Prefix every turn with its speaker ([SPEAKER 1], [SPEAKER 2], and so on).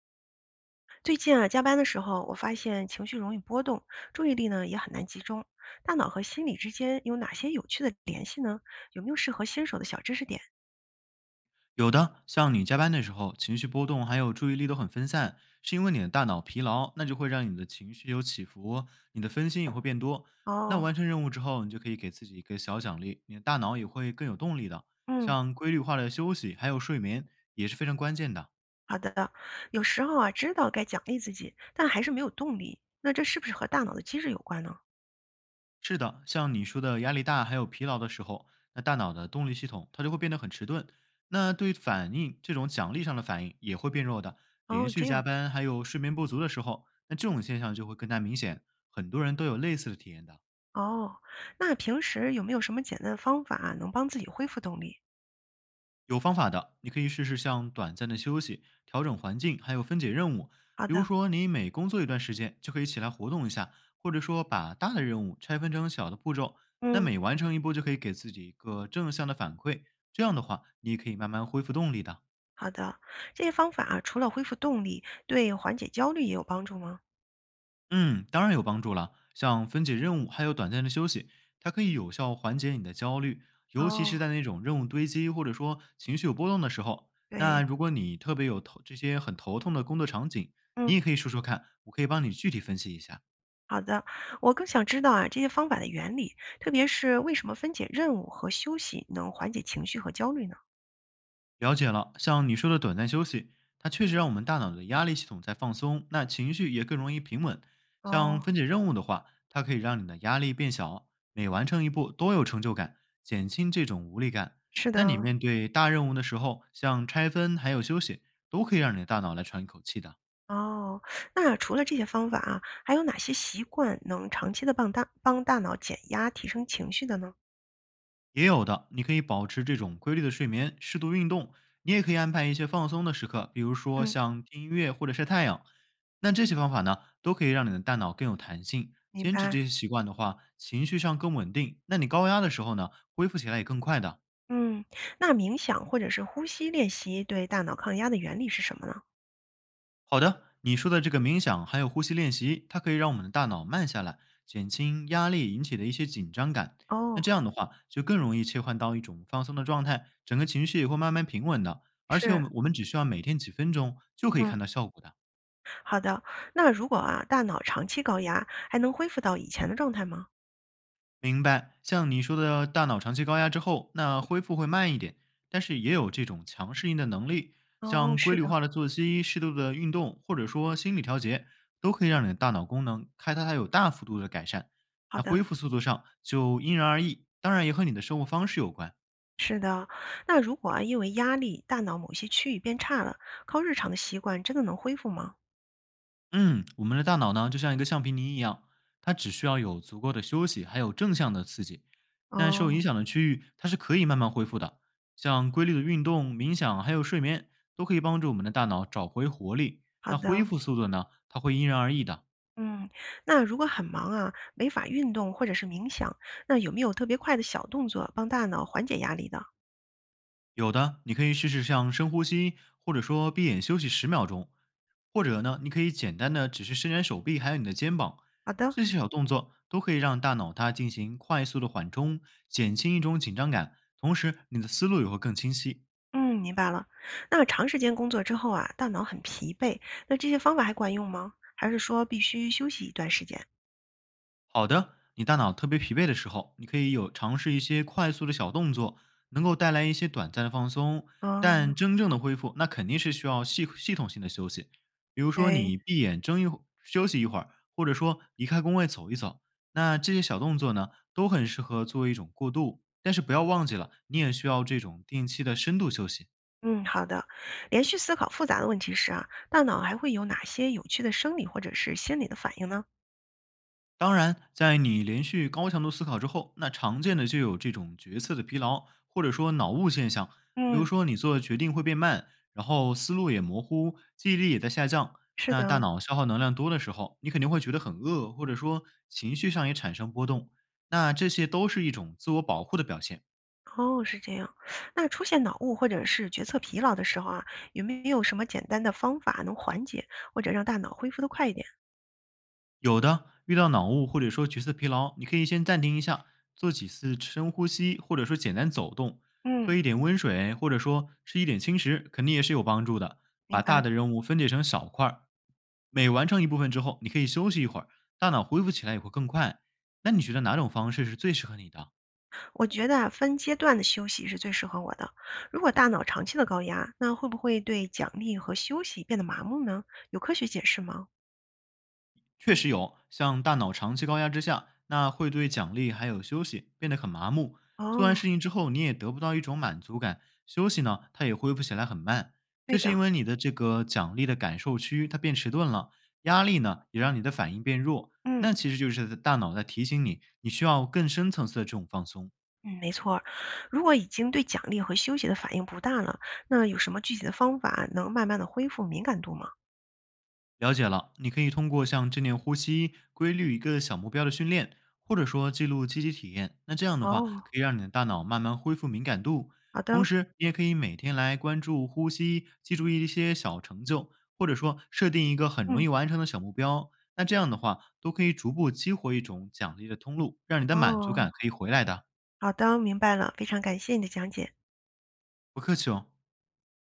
[SPEAKER 1] 最近啊，加班的时候，我发现情绪容易波动，注意力呢也很难集中。大脑和心理之间有哪些有趣的联系呢？有没有适合新手的小知识点？
[SPEAKER 2] 有的，像你加班的时候，情绪波动还有注意力都很分散，是因为你的大脑疲劳，那就会让你的情绪有起伏，你的分心也会变多。那
[SPEAKER 1] 哦，
[SPEAKER 2] 完成任务之后，你就可以给自己一个小奖励，你的大脑也会更有动力的。
[SPEAKER 1] 嗯，
[SPEAKER 2] 像规律化的休息还有睡眠也是非常关键的。
[SPEAKER 1] 好的。有时候啊，知道该奖励自己，但还是没有动力。那这是不是和大脑的机制有关呢？
[SPEAKER 2] 是的，像你说的压力大还有疲劳的时候，那大脑的动力系统它就会变得很迟钝，那对反应这种奖励上的反应也会变弱的。连
[SPEAKER 1] 哦，这
[SPEAKER 2] 续加
[SPEAKER 1] 样。
[SPEAKER 2] 班还有睡眠不足的时候，那这种现象就会更加明显，很多人都有类似的体验的。
[SPEAKER 1] 哦，那平时有没有什么简单的方法啊能帮自己恢复动力？
[SPEAKER 2] 有方法的，你可以试试像短暂的休息、调整环境，还有分解任务。
[SPEAKER 1] 好
[SPEAKER 2] 比如
[SPEAKER 1] 的，
[SPEAKER 2] 说，你每工作一段时间就可以起来活动一下，或者说把大的任务拆分成小的步骤。那
[SPEAKER 1] 嗯，
[SPEAKER 2] 每完成一步，就可以给自己一个正向的反馈。这样的话，你也可以慢慢恢复动力的。
[SPEAKER 1] 好的。这些方法啊，除了恢复动力，对缓解焦虑也有帮助吗？
[SPEAKER 2] 嗯，当然有帮助了。像分解任务，还有短暂的休息，它可以有效缓解你的焦虑，尤其是
[SPEAKER 1] 哦，
[SPEAKER 2] 在那种任务堆积或者说情绪有波动的时候。那
[SPEAKER 1] 对，
[SPEAKER 2] 如果你特别有头这些很头痛的工作场景，
[SPEAKER 1] 嗯。
[SPEAKER 2] 你也可以说说看，我可以帮你具体分析一下。
[SPEAKER 1] 好的，我更想知道啊，这些方法的原理，特别是为什么分解任务和休息能缓解情绪和焦虑呢？
[SPEAKER 2] 了解了，像你说的短暂休息，它确实让我们大脑的压力系统在放松，那情绪也更容易平稳。像
[SPEAKER 1] 哦，
[SPEAKER 2] 分解任务的话，它可以让你的压力变小，每完成一步都有成就感，减轻这种无力感。
[SPEAKER 1] 是
[SPEAKER 2] 那你
[SPEAKER 1] 的，
[SPEAKER 2] 面对大任务的时候，像拆分还有休息，都可以让你的大脑来喘一口气的。
[SPEAKER 1] 哦，那除了这些方法啊，还有哪些习惯能长期的帮大脑减压、提升情绪的呢？
[SPEAKER 2] 也有的，你可以保持这种规律的睡眠，适度运动，你也可以安排一些放松的时刻，比如说
[SPEAKER 1] 嗯，
[SPEAKER 2] 像听音乐或者晒太阳。那这些方法呢，都可以让你的大脑更有弹性。
[SPEAKER 1] 明
[SPEAKER 2] 坚持
[SPEAKER 1] 白。
[SPEAKER 2] 这些习惯的话，情绪上更稳定，那你高压的时候呢，恢复起来也更快的。
[SPEAKER 1] 嗯，那冥想或者是呼吸练习对大脑抗压的原理是什么呢？
[SPEAKER 2] 好的，你说的这个冥想还有呼吸练习，它可以让我们的大脑慢下来，减轻压力引起的一些紧张感。那
[SPEAKER 1] 哦，
[SPEAKER 2] 这样的话，就更容易切换到一种放松的状态，整个情绪也会慢慢平稳的。而且我
[SPEAKER 1] 是，
[SPEAKER 2] 们我们只需要每天几分钟就可以
[SPEAKER 1] 嗯，
[SPEAKER 2] 看到效果的。
[SPEAKER 1] 好的。那如果啊，大脑长期高压，还能恢复到以前的状态吗？
[SPEAKER 2] 明白，像你说的，大脑长期高压之后，那恢复会慢一点，但是也有这种强适应的能力。
[SPEAKER 1] 哦，
[SPEAKER 2] 像规
[SPEAKER 1] 是
[SPEAKER 2] 律
[SPEAKER 1] 的，
[SPEAKER 2] 化的作息、适度的运动，或者说心理调节，都可以让你的大脑功能开它有大幅度的改善。
[SPEAKER 1] 好
[SPEAKER 2] 那
[SPEAKER 1] 的。
[SPEAKER 2] 恢复速度上就因人而异，当然也和你的生活方式有关。
[SPEAKER 1] 是的，那如果啊，因为压力，大脑某些区域变差了，靠日常的习惯真的能恢复吗？
[SPEAKER 2] 嗯，我们的大脑呢，就像一个橡皮泥一样，它只需要有足够的休息，还有正向的刺激，那受
[SPEAKER 1] 哦，
[SPEAKER 2] 影响的区域它是可以慢慢恢复的。像规律的运动、冥想，还有睡眠，都可以帮助我们的大脑找回活力。
[SPEAKER 1] 好
[SPEAKER 2] 那恢
[SPEAKER 1] 的，
[SPEAKER 2] 复速度呢，它会因人而异的。
[SPEAKER 1] 嗯，那如果很忙啊，没法运动或者是冥想，那有没有特别快的小动作帮大脑缓解压力的？
[SPEAKER 2] 有的，你可以试试像深呼吸，或者说闭眼休息10秒钟，或者呢，你可以简单的只是伸展手臂，还有你的肩膀，
[SPEAKER 1] 好的，
[SPEAKER 2] 这些小动作都可以让大脑它进行快速的缓冲，减轻一种紧张感，同时你的思路也会更清晰。
[SPEAKER 1] 嗯，明白了。那长时间工作之后啊，大脑很疲惫，那这些方法还管用吗？还是说必须休息一段时间？
[SPEAKER 2] 好的，你大脑特别疲惫的时候，你可以有尝试一些快速的小动作，能够带来一些短暂的放松。但
[SPEAKER 1] 嗯，
[SPEAKER 2] 真正的恢复，那肯定是需要系统性的休息。比如说，
[SPEAKER 1] 对。
[SPEAKER 2] 你闭眼睁一会休息一会儿，或者说离开工位走一走。那这些小动作呢，都很适合作为一种过渡。但是不要忘记了，你也需要这种定期的深度休息。
[SPEAKER 1] 嗯，好的。连续思考复杂的问题时啊，大脑还会有哪些有趣的生理或者是心理的反应呢？
[SPEAKER 2] 当然，在你连续高强度思考之后，那常见的就有这种决策的疲劳，或者说脑雾现象。比如
[SPEAKER 1] 嗯，
[SPEAKER 2] 说，你做决定会变慢，然后思路也模糊，记忆力也在下降。
[SPEAKER 1] 是
[SPEAKER 2] 那大
[SPEAKER 1] 的，
[SPEAKER 2] 脑消耗能量多的时候，你肯定会觉得很饿，或者说情绪上也产生波动。那这些都是一种自我保护的表现。
[SPEAKER 1] 哦，是这样。那出现脑雾或者是决策疲劳的时候啊，有没有什么简单的方法能缓解，或者让大脑恢复的快一点？
[SPEAKER 2] 有的，遇到脑雾或者说角色疲劳，你可以先暂停一下，做几次深呼吸，或者说简单走动，喝
[SPEAKER 1] 嗯，
[SPEAKER 2] 一点温水，或者说吃一点轻食，肯定也是有帮助的。
[SPEAKER 1] 明
[SPEAKER 2] 把
[SPEAKER 1] 白。
[SPEAKER 2] 大的任务分解成小块儿，每完成一部分之后，你可以休息一会儿，大脑恢复起来也会更快。那你觉得哪种方式是最适合你的？
[SPEAKER 1] 我觉得啊分阶段的休息是最适合我的。如果大脑长期的高压，那会不会对奖励和休息变得麻木呢？有科学解释吗？
[SPEAKER 2] 确实有，像大脑长期高压之下，那会对奖励还有休息变得很麻木。做完
[SPEAKER 1] 哦，
[SPEAKER 2] 事情之后，你也得不到一种满足感，休息呢，它也恢复起来很慢。这
[SPEAKER 1] 对的。
[SPEAKER 2] 是因为你的这个奖励的感受区它变迟钝了，压力呢也让你的反应变弱。
[SPEAKER 1] 嗯。
[SPEAKER 2] 那其实就是大脑在提醒你，你需要更深层次的这种放松。
[SPEAKER 1] 嗯，没错儿如果已经对奖励和休息的反应不大了，那有什么具体的方法能慢慢的恢复敏感度吗？
[SPEAKER 2] 了解了，你可以通过像正念呼吸、规律一个小目标的训练，或者说记录积极体验。那这样的话，
[SPEAKER 1] 哦，
[SPEAKER 2] 可以让你的大脑慢慢恢复敏感度。
[SPEAKER 1] 好的，
[SPEAKER 2] 同时，你也可以每天来关注呼吸，记住一些小成就，或者说设定一个很容
[SPEAKER 1] 嗯，
[SPEAKER 2] 易完成的小目标。那这样的话，都可以逐步激活一种奖励的通路，让你的满足
[SPEAKER 1] 哦，
[SPEAKER 2] 感可以回来的。
[SPEAKER 1] 好的，明白了，非常感谢你的讲解。
[SPEAKER 2] 不客气哦。